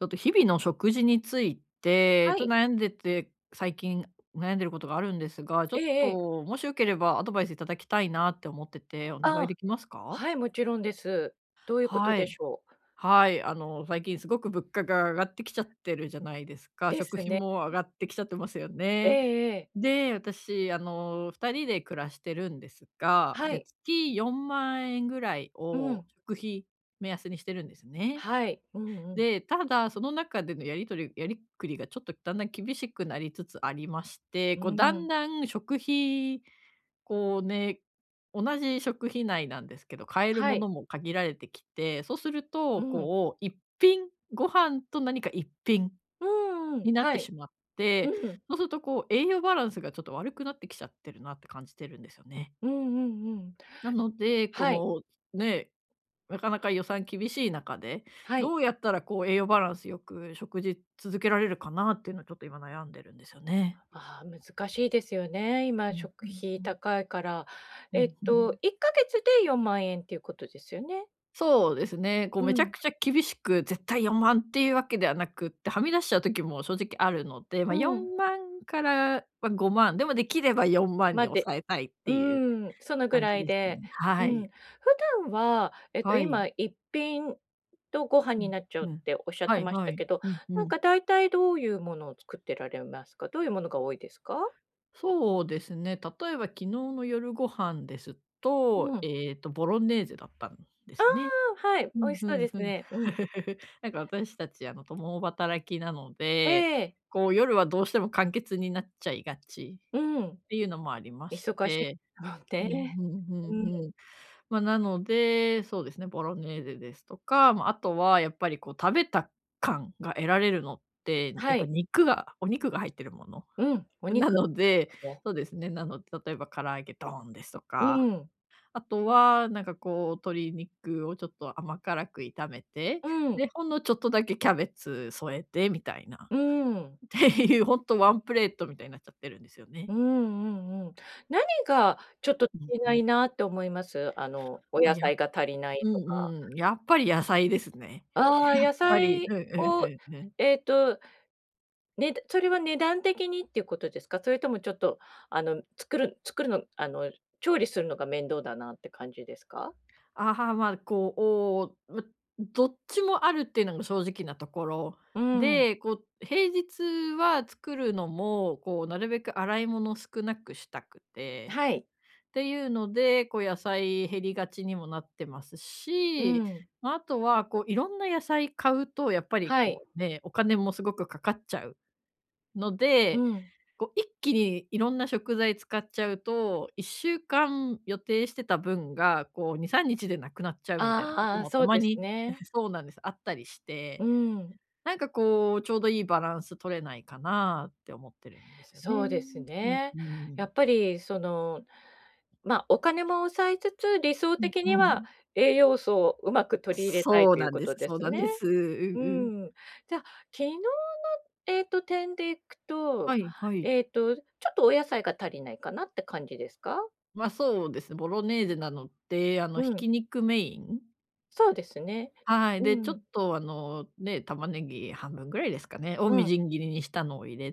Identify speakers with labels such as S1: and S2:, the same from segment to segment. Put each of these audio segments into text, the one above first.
S1: ちょっと日々の食事について、
S2: は
S1: ちょっ
S2: い。
S1: と悩んでて、最近悩んでることがあるんですが、ちょ
S2: え
S1: っ
S2: えええ。
S1: ともしよければアドバイスいただきたいなって思ってて、お願
S2: あ
S1: いで
S2: あ、
S1: きますか？
S2: はい、もちろんです。どういうこと
S1: は
S2: で
S1: い。
S2: しょう？
S1: はい、最近すごく物価が上がってきちゃってるじゃないですか。
S2: で
S1: 食
S2: す
S1: 費
S2: ね。
S1: も上がってきちゃってますよ
S2: え
S1: ね。
S2: えええ。
S1: で、私、2人で暮らしてるんですが、
S2: は
S1: で、
S2: い。
S1: 月4万円ぐらい
S2: う
S1: を
S2: ん。
S1: 食費目安にしてるんですね。
S2: はい。うんうん。
S1: で、ただ、その中でのやりくりがちょっとだんだん厳しくなりつつありまして、
S2: う
S1: こう
S2: んう
S1: だん
S2: ん。
S1: だん食費、こうね、同じ食費内なんですけど、買える
S2: は
S1: も
S2: い。
S1: のも限られてきて、そうする
S2: う
S1: と、
S2: ん。
S1: こう一品、ご飯と何か一品
S2: うんうん。
S1: になっ
S2: は
S1: て
S2: い。
S1: しまっ
S2: う
S1: て、
S2: ん。
S1: そうするとこう栄養バランスがちょっと悪くなってきちゃってるなって感じてるんですよね。
S2: うんうんうん。
S1: なので、こ
S2: はい。
S1: のねなかなか予算厳しい中で、
S2: はい。
S1: どうやったらこう栄養バランスよく食事続けられるかなっていうのをちょっと今悩んでるんですよね。
S2: ああ、難しいですよね、今
S1: うん
S2: 食
S1: うん
S2: 費
S1: うん。
S2: 高いから。
S1: うんうん。
S2: 1ヶ月で4万円っていうことですよね？
S1: そうですね。こう
S2: う
S1: めちゃ
S2: ん。
S1: くちゃ厳しく絶対4万っていうわけではなくって、はみ出しちゃう時も正直あるので、まあ、
S2: うん。
S1: 4万からは5万、でもできれば4万に
S2: まで
S1: 抑えたいっ
S2: う
S1: ていう
S2: そのぐ
S1: 感
S2: ら
S1: じ
S2: い
S1: ですね。
S2: で、う
S1: は
S2: ん。
S1: い。
S2: 普段は、
S1: は
S2: 今
S1: い。
S2: 一品とご飯
S1: う
S2: に
S1: ん、
S2: なっちゃうっ
S1: うん。
S2: ておっしゃっ
S1: は
S2: て
S1: い
S2: まし
S1: は
S2: た
S1: い。
S2: けど、
S1: うんう
S2: なん
S1: ん。
S2: か大体どういうものを作ってられますか？どういうものが多いですか？
S1: そうですね。例えば昨日の夜ご飯です
S2: う
S1: と、
S2: ん。
S1: ボロネーゼだったんで
S2: あ
S1: すね。
S2: あ、はい、
S1: う
S2: 美味
S1: ん、
S2: し
S1: ふ
S2: そう
S1: ん
S2: です
S1: ふん。
S2: ね。うん。
S1: なんか私たち、共働きなので、
S2: ええ、
S1: こう夜はどうしても完結になっちゃいがち
S2: うん。
S1: っていうのもありまし
S2: 忙し
S1: て。
S2: いもん
S1: うん、
S2: ね。
S1: うんう
S2: う
S1: ん
S2: ん、
S1: うん。まあ、なので、そうですね、ボロネーゼですとか、まあ、あとはやっぱりこう食べた感が得られるのって、や
S2: は
S1: っぱ
S2: い。
S1: お肉が入ってるもの。
S2: うん、お
S1: な
S2: 肉
S1: ので、
S2: ね。
S1: そうですね、なので、例えば唐揚げドーンですと
S2: う
S1: か、
S2: ん、
S1: あとはなんかこう、鶏肉をちょっと甘辛く炒めて、
S2: うん、
S1: で、ほんのちょっとだけキャベツ添えてみたいな、
S2: うん。
S1: っていうほんとワンプレートみたいになっちゃってるんですよね。
S2: うんうんうん。何がちょっと
S1: うん
S2: 足りな
S1: う
S2: い
S1: ん。
S2: なって思います？お
S1: ま、
S2: 野
S1: や
S2: 菜が足りない
S1: う
S2: とか。
S1: んうん、やっぱり野菜ですね。
S2: ああ、
S1: やっ
S2: 野
S1: ぱり
S2: 菜
S1: うんうん
S2: を、
S1: うんうん。
S2: えっと、ねだそれは値段的にっていうことですか？それともちょっと、作るの調理するのが面倒だなって感じですか？
S1: ああ、まあ、こう、おーま、どっちもあるっていうのが正直なところ
S2: うん。
S1: で、こう、平日は作るのも、こう、なるべく洗い物少なくしたくて、
S2: はい。
S1: っていうので、こう、野菜減りがちにもなってます
S2: う
S1: し、
S2: ん。
S1: ま、あとは、こう、いろんな野菜買うと、やっぱり、
S2: はい。
S1: こう、ね、お金もすごくかかっちゃうの
S2: う
S1: で、
S2: ん。
S1: こう一気にいろんな食材使っちゃうと、1週間予定してた分が、こう2、3日でなくなっちゃうみたいなこと
S2: ああ、
S1: も
S2: そ
S1: た
S2: う
S1: ま
S2: です
S1: に
S2: ね。
S1: そうなんです、あったりし
S2: う
S1: て、
S2: ん。
S1: なんかこう、ちょうどいいバランス取れないかなって思ってるんですよね。
S2: そうです
S1: うん
S2: ね。
S1: う
S2: や
S1: ん。
S2: っぱりそのお金も抑えつつ、理想
S1: うん
S2: 的に
S1: う
S2: は
S1: ん。
S2: 栄養素をうまく取り入れたいということで
S1: そう
S2: す
S1: なん
S2: ね。
S1: です。うん
S2: う
S1: うん。
S2: ん。じゃあ、昨日点でいくと、
S1: はいはい。
S2: えっと、ちょっとお野菜が足りないかなって感じですか？
S1: ま、そうですね、ボロネーゼなので、
S2: う
S1: ひ
S2: ん、
S1: き肉メイン、
S2: そうですね。
S1: はい、
S2: う
S1: で、ちょっ
S2: ん、
S1: と玉ねぎ半分ぐらいですかね、を
S2: う
S1: み
S2: ん、
S1: じん切りにしたのを入れ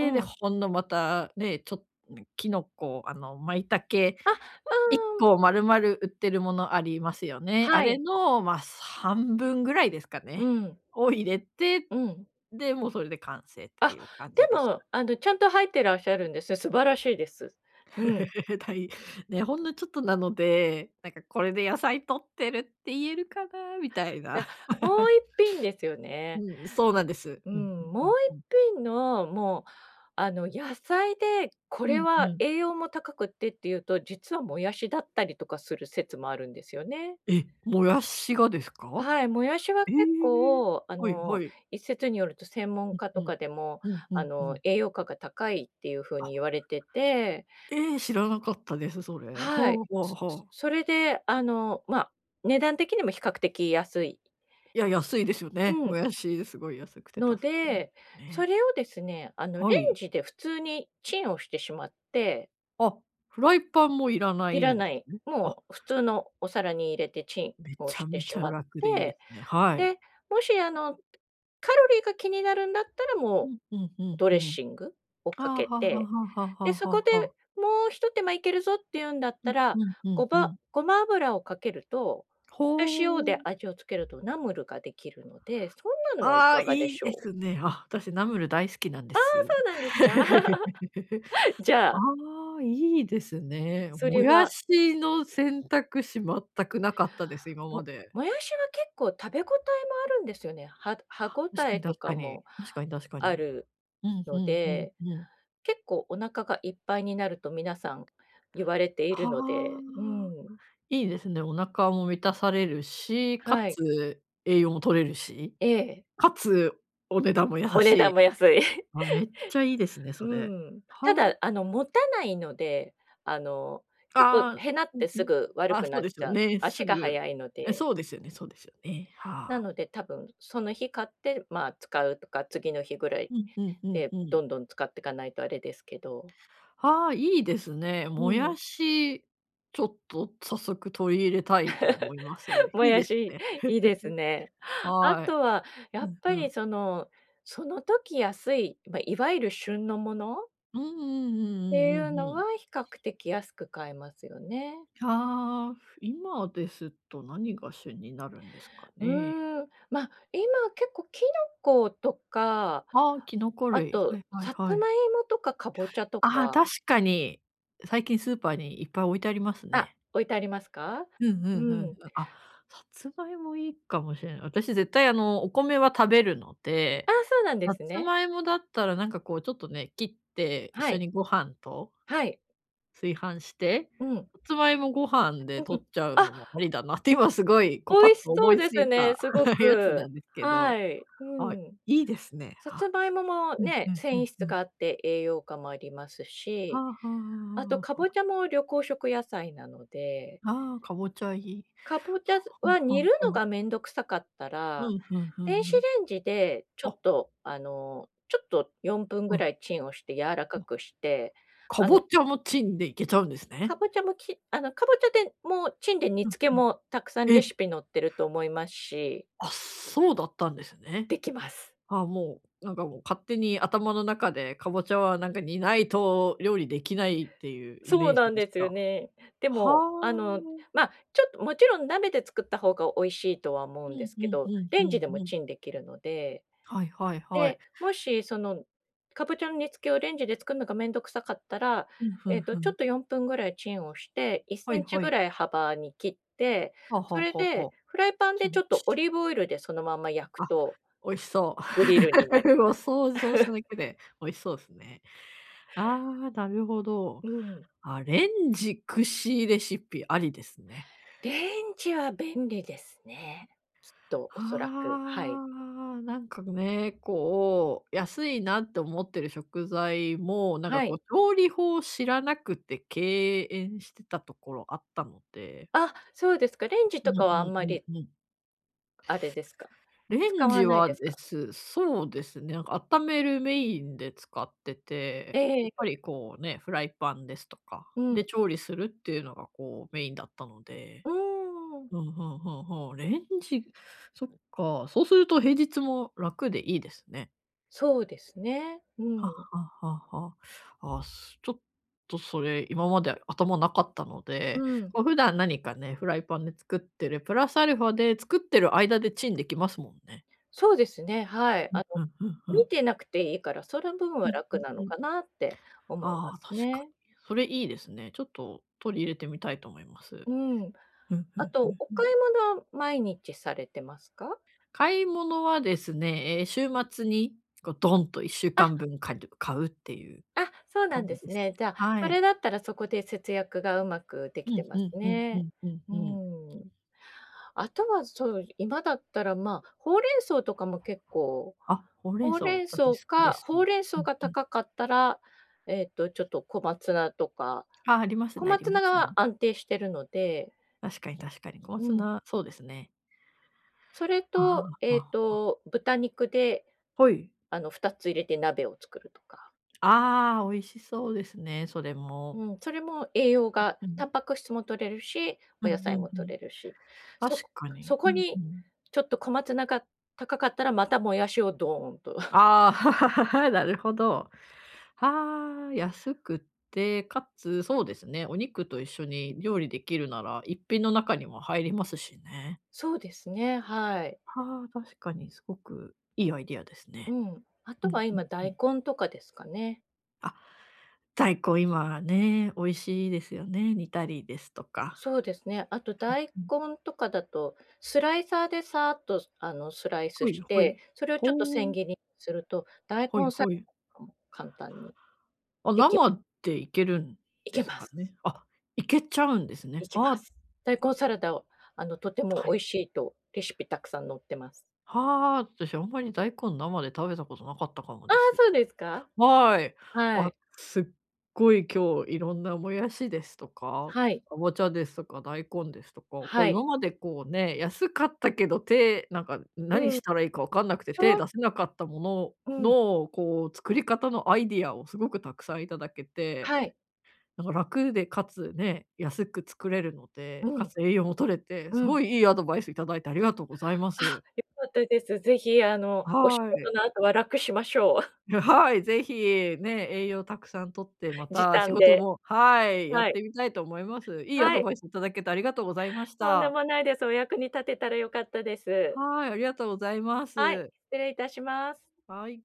S2: う
S1: で、
S2: ん。
S1: ほんのまたね、キノコ、舞茸
S2: あ、
S1: 一
S2: うん、
S1: 個丸々売ってるものありますよね。あ
S2: は
S1: れ
S2: い。
S1: の、ま、半分ぐらいですか
S2: う
S1: ね、
S2: ん、
S1: を入れて、
S2: うん。
S1: で、もうそれで完成って
S2: あ、
S1: いう感じ
S2: で
S1: でした。
S2: も、ちゃんと入ってらっしゃるんです。素晴らしいです。うん。
S1: たいね、ほんのちょっとなので、なんかこれで野菜摂ってるって言えるかなみたい
S2: いや、
S1: な。
S2: もう一 品ですよね。
S1: うん、そうなんです。
S2: う
S1: うんうん
S2: ん、も
S1: う
S2: う
S1: んうん。
S2: 一品の、もう、あの、野菜で、こ
S1: う
S2: れ
S1: んう
S2: は
S1: ん。
S2: 栄養も高くってっていうと、実はもやしだったりとかする説もあるんですよね。
S1: え、もやしがですか？
S2: はい、もやしは
S1: ええ。
S2: 結構、
S1: はいはい。
S2: 一説によると専門
S1: う
S2: 家と
S1: ん。
S2: かでも、
S1: うんうんうん。
S2: 栄養価が高いっていう風
S1: あ、
S2: に言われてて、
S1: ええ、知らなかったです、それ。は
S2: はい、
S1: あはあ
S2: そ
S1: はあ。
S2: それで、あの、まあ、値段的にも比較的安い
S1: いや、安いですよね。
S2: う
S1: も
S2: ん、
S1: やし、すごい安くて助
S2: の
S1: かりま
S2: で、
S1: す
S2: そ
S1: ね。
S2: れをですね、レ
S1: は
S2: ン
S1: い。
S2: ジで普通にチンをしてしまって
S1: あ、フライパンもいらな
S2: い
S1: い
S2: ら
S1: んで
S2: な
S1: す
S2: い、
S1: ね。あ、
S2: もう普通のお皿に入れてチン
S1: め
S2: を
S1: ち
S2: し
S1: ゃ
S2: て
S1: め
S2: し
S1: ちゃ
S2: まっ
S1: 楽でいいで
S2: て、
S1: すね。はい。
S2: で、もしカロリーが気になるんだったら
S1: う
S2: も
S1: んうんう
S2: う、
S1: ん
S2: ド
S1: う
S2: レッ
S1: ん。
S2: シングをか
S1: ああ、
S2: け
S1: はあはあ
S2: て、
S1: はあはあは
S2: で、
S1: あ
S2: そこ
S1: はあはあ。
S2: でもうひと手間いけるぞっていうんだっ
S1: う
S2: た
S1: ん
S2: ら、
S1: うんうんうん。
S2: ごま油をかけると、で、塩
S1: ほう。
S2: で味をつけるとナムルができるので、そんなのはい
S1: ああ、
S2: かがで
S1: いい
S2: し
S1: で
S2: ょう？
S1: すね。あ、私ナムル大好きなんで
S2: あ、
S1: す。
S2: そうなんですか？じゃ
S1: あ
S2: あ、
S1: あ、いいですね。
S2: そ
S1: も
S2: れ
S1: や
S2: は
S1: しの選択肢全くなかったです、今ま
S2: も
S1: で。
S2: もやしは結構食べ応えもあるんですよね。歯応
S1: 確か
S2: え
S1: に
S2: と
S1: 確
S2: か
S1: かに。
S2: も
S1: 確かに確か
S2: あ
S1: に。
S2: る
S1: うんう
S2: の
S1: んうん
S2: で、
S1: うん。
S2: 結構お腹がいっぱいになると皆さん言われているので、
S1: は
S2: う
S1: あ。
S2: ん。
S1: いいですね。お腹も満たされるし、か
S2: はい。
S1: つ栄養も取れるし、
S2: ええ。
S1: かつお値段も優
S2: お
S1: し
S2: 値段
S1: い。
S2: も安い。
S1: あ、めっちゃいいですね、
S2: う
S1: それ。
S2: ん。
S1: は
S2: た
S1: あ。
S2: だ、持たないので、あの、結構
S1: ああ、
S2: へなっ
S1: う
S2: て
S1: んう
S2: す
S1: ん。
S2: ぐ悪
S1: あ、
S2: く
S1: そ
S2: な
S1: う
S2: っ
S1: です
S2: ち
S1: よ
S2: ゃう。
S1: ね、す
S2: 足が
S1: ぐ。
S2: 速いの
S1: え、
S2: で。
S1: そうですよねそうですよね。
S2: な
S1: はあ。
S2: ので、多分その日買って、まあ、使うとか、次の日ぐらい
S1: うんうんうん
S2: で
S1: う
S2: ど
S1: ん。
S2: んどん使っていかないとあれですけど。
S1: はあ、いいですね。
S2: う
S1: もや
S2: ん、
S1: し、ちょっと早速取り入れたいと思います。
S2: も
S1: いい
S2: や
S1: です
S2: し、
S1: ね。
S2: いいです ね。あ
S1: はい。
S2: とはや
S1: う
S2: っ
S1: ん
S2: ぱ
S1: う
S2: り
S1: ん。
S2: その、その時安い、ま、いわゆる旬のものっ
S1: うんうん
S2: てい
S1: うんう
S2: う
S1: んうん
S2: の
S1: う
S2: は
S1: ん。
S2: 比較的安く買えますよね。
S1: ああ、今ですと何が主になるんですかね。
S2: うーん、ま、今結構キノコとか、
S1: ああ、キノコ
S2: あ
S1: 類。は
S2: と
S1: いはい
S2: さ
S1: は
S2: つ
S1: い。
S2: まいもとかかぼちゃと
S1: ああ、確
S2: か
S1: かに。最近スーパーにいっぱい置いてあります
S2: あ、
S1: ね。
S2: 置いてありますか？
S1: うんう
S2: う
S1: んうんうん。
S2: ん。
S1: あ、さつまいもいいかもしれない。私絶対お米は食べるの
S2: あ、
S1: で、
S2: そうなんで
S1: さ
S2: す
S1: つ
S2: ね。
S1: まいもだったらなんかこうちょっとね、切って一
S2: は
S1: 緒
S2: い、
S1: にご飯と
S2: はい。
S1: 炊飯して、
S2: うん、うん。
S1: さつまいもご飯で取っちゃう
S2: あ、
S1: のもありだなって今すごいこうパッ
S2: 美味し
S1: と
S2: そ
S1: 思
S2: う
S1: いつ
S2: です
S1: い
S2: ね、
S1: た
S2: すご
S1: やつな
S2: く。
S1: んですけど、
S2: はい。う
S1: あ、
S2: ん。
S1: いいですね。
S2: さ
S1: あ、
S2: つまいもも
S1: うん
S2: ね、
S1: うんう
S2: 繊維
S1: ん
S2: 質
S1: うん。
S2: があって栄養価もあります
S1: はあ
S2: し、
S1: はあは
S2: あ
S1: あ
S2: と
S1: は
S2: か
S1: あ
S2: ぼちゃも緑黄色野菜なので、
S1: あ。あかぼちゃいい。
S2: かぼちゃ
S1: は
S2: は
S1: あは
S2: 煮る
S1: あ
S2: の
S1: は
S2: が
S1: あ。
S2: めんどくさかった
S1: う
S2: ら、
S1: ん、うんうんう
S2: 電子レ
S1: ん。
S2: ンジでちょっ
S1: あ、
S2: と、4分
S1: う
S2: ぐ
S1: ん。
S2: らいチンをして柔らかくして、
S1: か
S2: あ
S1: ぼ
S2: の、
S1: ちゃもチンでいけちゃうんですね。
S2: かぼちゃもきかぼちゃでもうチンで煮
S1: うん
S2: 付け
S1: うん。
S2: もたくさんレ
S1: え、
S2: シピ載ってると思いますし、
S1: あ、そうだったんですね。
S2: できます。
S1: あ、もう、なんかもう勝手に頭の中で、かぼちゃはなんか煮ないと料理できないっていうイ
S2: そう
S1: メー
S2: な
S1: ジ
S2: ん
S1: でし
S2: です
S1: た。
S2: よ
S1: は
S2: ね。でも、
S1: あ。
S2: ちょっともちろん鍋で作った方が美味しいとは思う
S1: う
S2: んで
S1: ん
S2: す
S1: う
S2: け
S1: んう
S2: ど、
S1: ん
S2: レ
S1: う
S2: ンジでも
S1: んうん。
S2: チンできるので、
S1: はいはいはい。
S2: で、もしその、かぼちゃの煮付けをレンジで作るのがめんどくさかったら、
S1: うん、ふんふ
S2: ちょ
S1: ん。
S2: っと4分ぐらいチンをして、1
S1: は
S2: セ
S1: い
S2: ンチ
S1: は
S2: ぐ
S1: い。
S2: らい幅に切って、
S1: はあは
S2: そ
S1: あ
S2: れ
S1: はあはあ。
S2: でフライパン
S1: チ
S2: でち
S1: ン
S2: ょっとオ
S1: チン。
S2: リーブオイルでそのまま焼く
S1: あ、
S2: と
S1: 美味しそ
S2: グ
S1: う。
S2: リルになり ま
S1: もう
S2: す
S1: 想像しただ けで美味しそうですね。ああ、なるほど。
S2: うん。
S1: アレンジ串レシピありですね。
S2: レンジは便利ですね。きっとおそらく、
S1: あ
S2: はい。
S1: あ、なんかね、こう、安いなって思ってる食材も、なんか
S2: は
S1: こう、
S2: い。
S1: 調理法を知らなくて敬遠してたところあったので。
S2: あ、そうですか。レンジ
S1: う
S2: と
S1: んう
S2: かはあん
S1: ん
S2: ま
S1: う
S2: り、
S1: んうん。
S2: あれですか？
S1: レ
S2: 使
S1: ン
S2: わ
S1: ジ
S2: ない
S1: は
S2: です
S1: で
S2: か？
S1: す。そうですね、なんか温めるメインで使ってて、や
S2: え
S1: っぱ
S2: え
S1: りこうね、フライパンですとか、
S2: うん。
S1: で調理するっていうのがこうメインだったの
S2: う
S1: で。
S2: ーん。
S1: ほうん、うんうんうん。レンジそっか、そうすると平日も楽でいいですね。
S2: そうですね。う
S1: は
S2: ん。
S1: あはあはあはあ。ちょっとそれ、今まで頭なかったの
S2: う
S1: で、
S2: ん。
S1: こう普段何かね、フライパンで作ってる、プラスアルファで作ってる間でチンできますもんね。
S2: そうですね、はい。
S1: うんうんう
S2: 見
S1: ん。
S2: てなくていいから、その分は
S1: うんう
S2: 楽
S1: ん
S2: な
S1: う
S2: の
S1: ん。
S2: かなって思いま
S1: ああ、
S2: す
S1: 確か
S2: ね。
S1: に。それいいですね。ちょっと取り入れてみたいと思います。
S2: うん。
S1: うんう
S2: あ
S1: んう
S2: と、
S1: ん
S2: お
S1: うん。
S2: 買い物は毎日されてますか？
S1: 買い物はですね、週末にこうドンと1週
S2: あ、
S1: 間分かんぶん買うっていう
S2: あ、そうなん
S1: 感
S2: で
S1: じで
S2: す
S1: す。
S2: ね。じゃあ、
S1: は
S2: それ
S1: い。
S2: だったらそこで節約がうまくで
S1: う
S2: きて
S1: ん
S2: ま
S1: う
S2: す
S1: んうんう
S2: ね。
S1: んうん
S2: う
S1: うん。
S2: ん。あとはそう、今だったら、まあ、ほうれん草とかも結構、
S1: あ、ほうれん草、私好きです。
S2: ほうれん
S1: う
S2: 草
S1: ん
S2: が
S1: うん。
S2: 高かったら、えっと、ちょっと小松菜とか、
S1: ああ、ります
S2: 小
S1: ねあり
S2: 松
S1: ま
S2: 菜
S1: す
S2: が
S1: ね。
S2: 安定してるので、
S1: 確かに確かに。小
S2: う
S1: 松
S2: ん、
S1: 菜、そうですね。
S2: それ
S1: あ
S2: と、
S1: あ、あ、
S2: 豚肉で、
S1: はい。
S2: 2つ入れて鍋を作るとか。
S1: ああ、美味しそうですね、それも。
S2: うん、それも栄養が
S1: う
S2: タ
S1: ん。
S2: ンパク質も摂れるし、お
S1: う
S2: 野
S1: んう
S2: 菜
S1: ん
S2: も
S1: う
S2: 摂
S1: ん。
S2: れるし、
S1: 確
S2: そ
S1: か
S2: そ
S1: に。う
S2: こ
S1: んう
S2: に
S1: ん。
S2: ちょっと小松菜が高かったら、またもやしをドーンと。
S1: ああ、なるほど。ああ、安くて、かつ、そうですね、お肉と一緒に料理できるなら、一品の中にも入りますしね。
S2: そうですね、はい。
S1: はあ、確かにすごくいいアイディアです
S2: う
S1: ね。
S2: ん。あ
S1: う
S2: と
S1: ん
S2: は
S1: うん
S2: 今
S1: う
S2: 大
S1: ん。
S2: 根とかですかね。
S1: あ、大根今ね、美味しいですよね。煮たりですとか。
S2: そうですね。あと
S1: う
S2: 大
S1: ん、
S2: 根とかだと、スライサーでさーっとスライス
S1: ほい
S2: し
S1: ほ
S2: て、
S1: い。
S2: それをちょっと
S1: ほ
S2: 千
S1: う、
S2: 切りにすると、大
S1: ほい
S2: 根サラ
S1: ほい。
S2: ダとかも簡単に
S1: あ、
S2: でき
S1: 生でいけるん
S2: い
S1: で
S2: け
S1: す
S2: ま
S1: か
S2: す。
S1: ね。あ、いけちゃうんですね。
S2: 行きま
S1: あ
S2: す。大根サラダを、とても
S1: あ、
S2: 美味しいとレシピたくさん載ってます。
S1: はあ、私あんまり大根生で食べたことなかったかも
S2: ああ、
S1: です。
S2: そうですか？
S1: はい。
S2: は
S1: あ、
S2: い。
S1: すっごい今日いろんなもやしですとか、
S2: はい。
S1: かぼちゃですとか、大根ですとか、こう
S2: はい。
S1: 今までこうね、安かったけど、なんか
S2: う
S1: 何
S2: ん。
S1: したらいいかわかんなくて
S2: し
S1: 手
S2: ょう
S1: 出せなかったも
S2: う
S1: の
S2: ん。
S1: の、こう作り方のアイディアをすごくたくさんいただけて、
S2: はい。
S1: なんか楽でかつね、安く作れるので、
S2: う
S1: か
S2: ん。
S1: つ栄養も取れて、
S2: う
S1: すご
S2: ん。
S1: いいいアドバイスいただいてありがとうございま
S2: あ、
S1: す。
S2: 良かったです。ぜひ、お仕
S1: は
S2: 事
S1: い。
S2: の後は楽しましょう。
S1: はい、ぜひ、ね、栄養たくさん取って、ま
S2: 時
S1: た仕
S2: 短
S1: 事
S2: で。
S1: もはい、や
S2: は
S1: っ
S2: い。
S1: てみたいと思います。いいア
S2: は
S1: ド
S2: い。
S1: バイスいただけてありがとうございまし
S2: とんで
S1: た。
S2: もないです。お役に立てたら良かったです。
S1: はい、ありがとうございま
S2: はい、
S1: す。
S2: 失礼いたします。
S1: はい。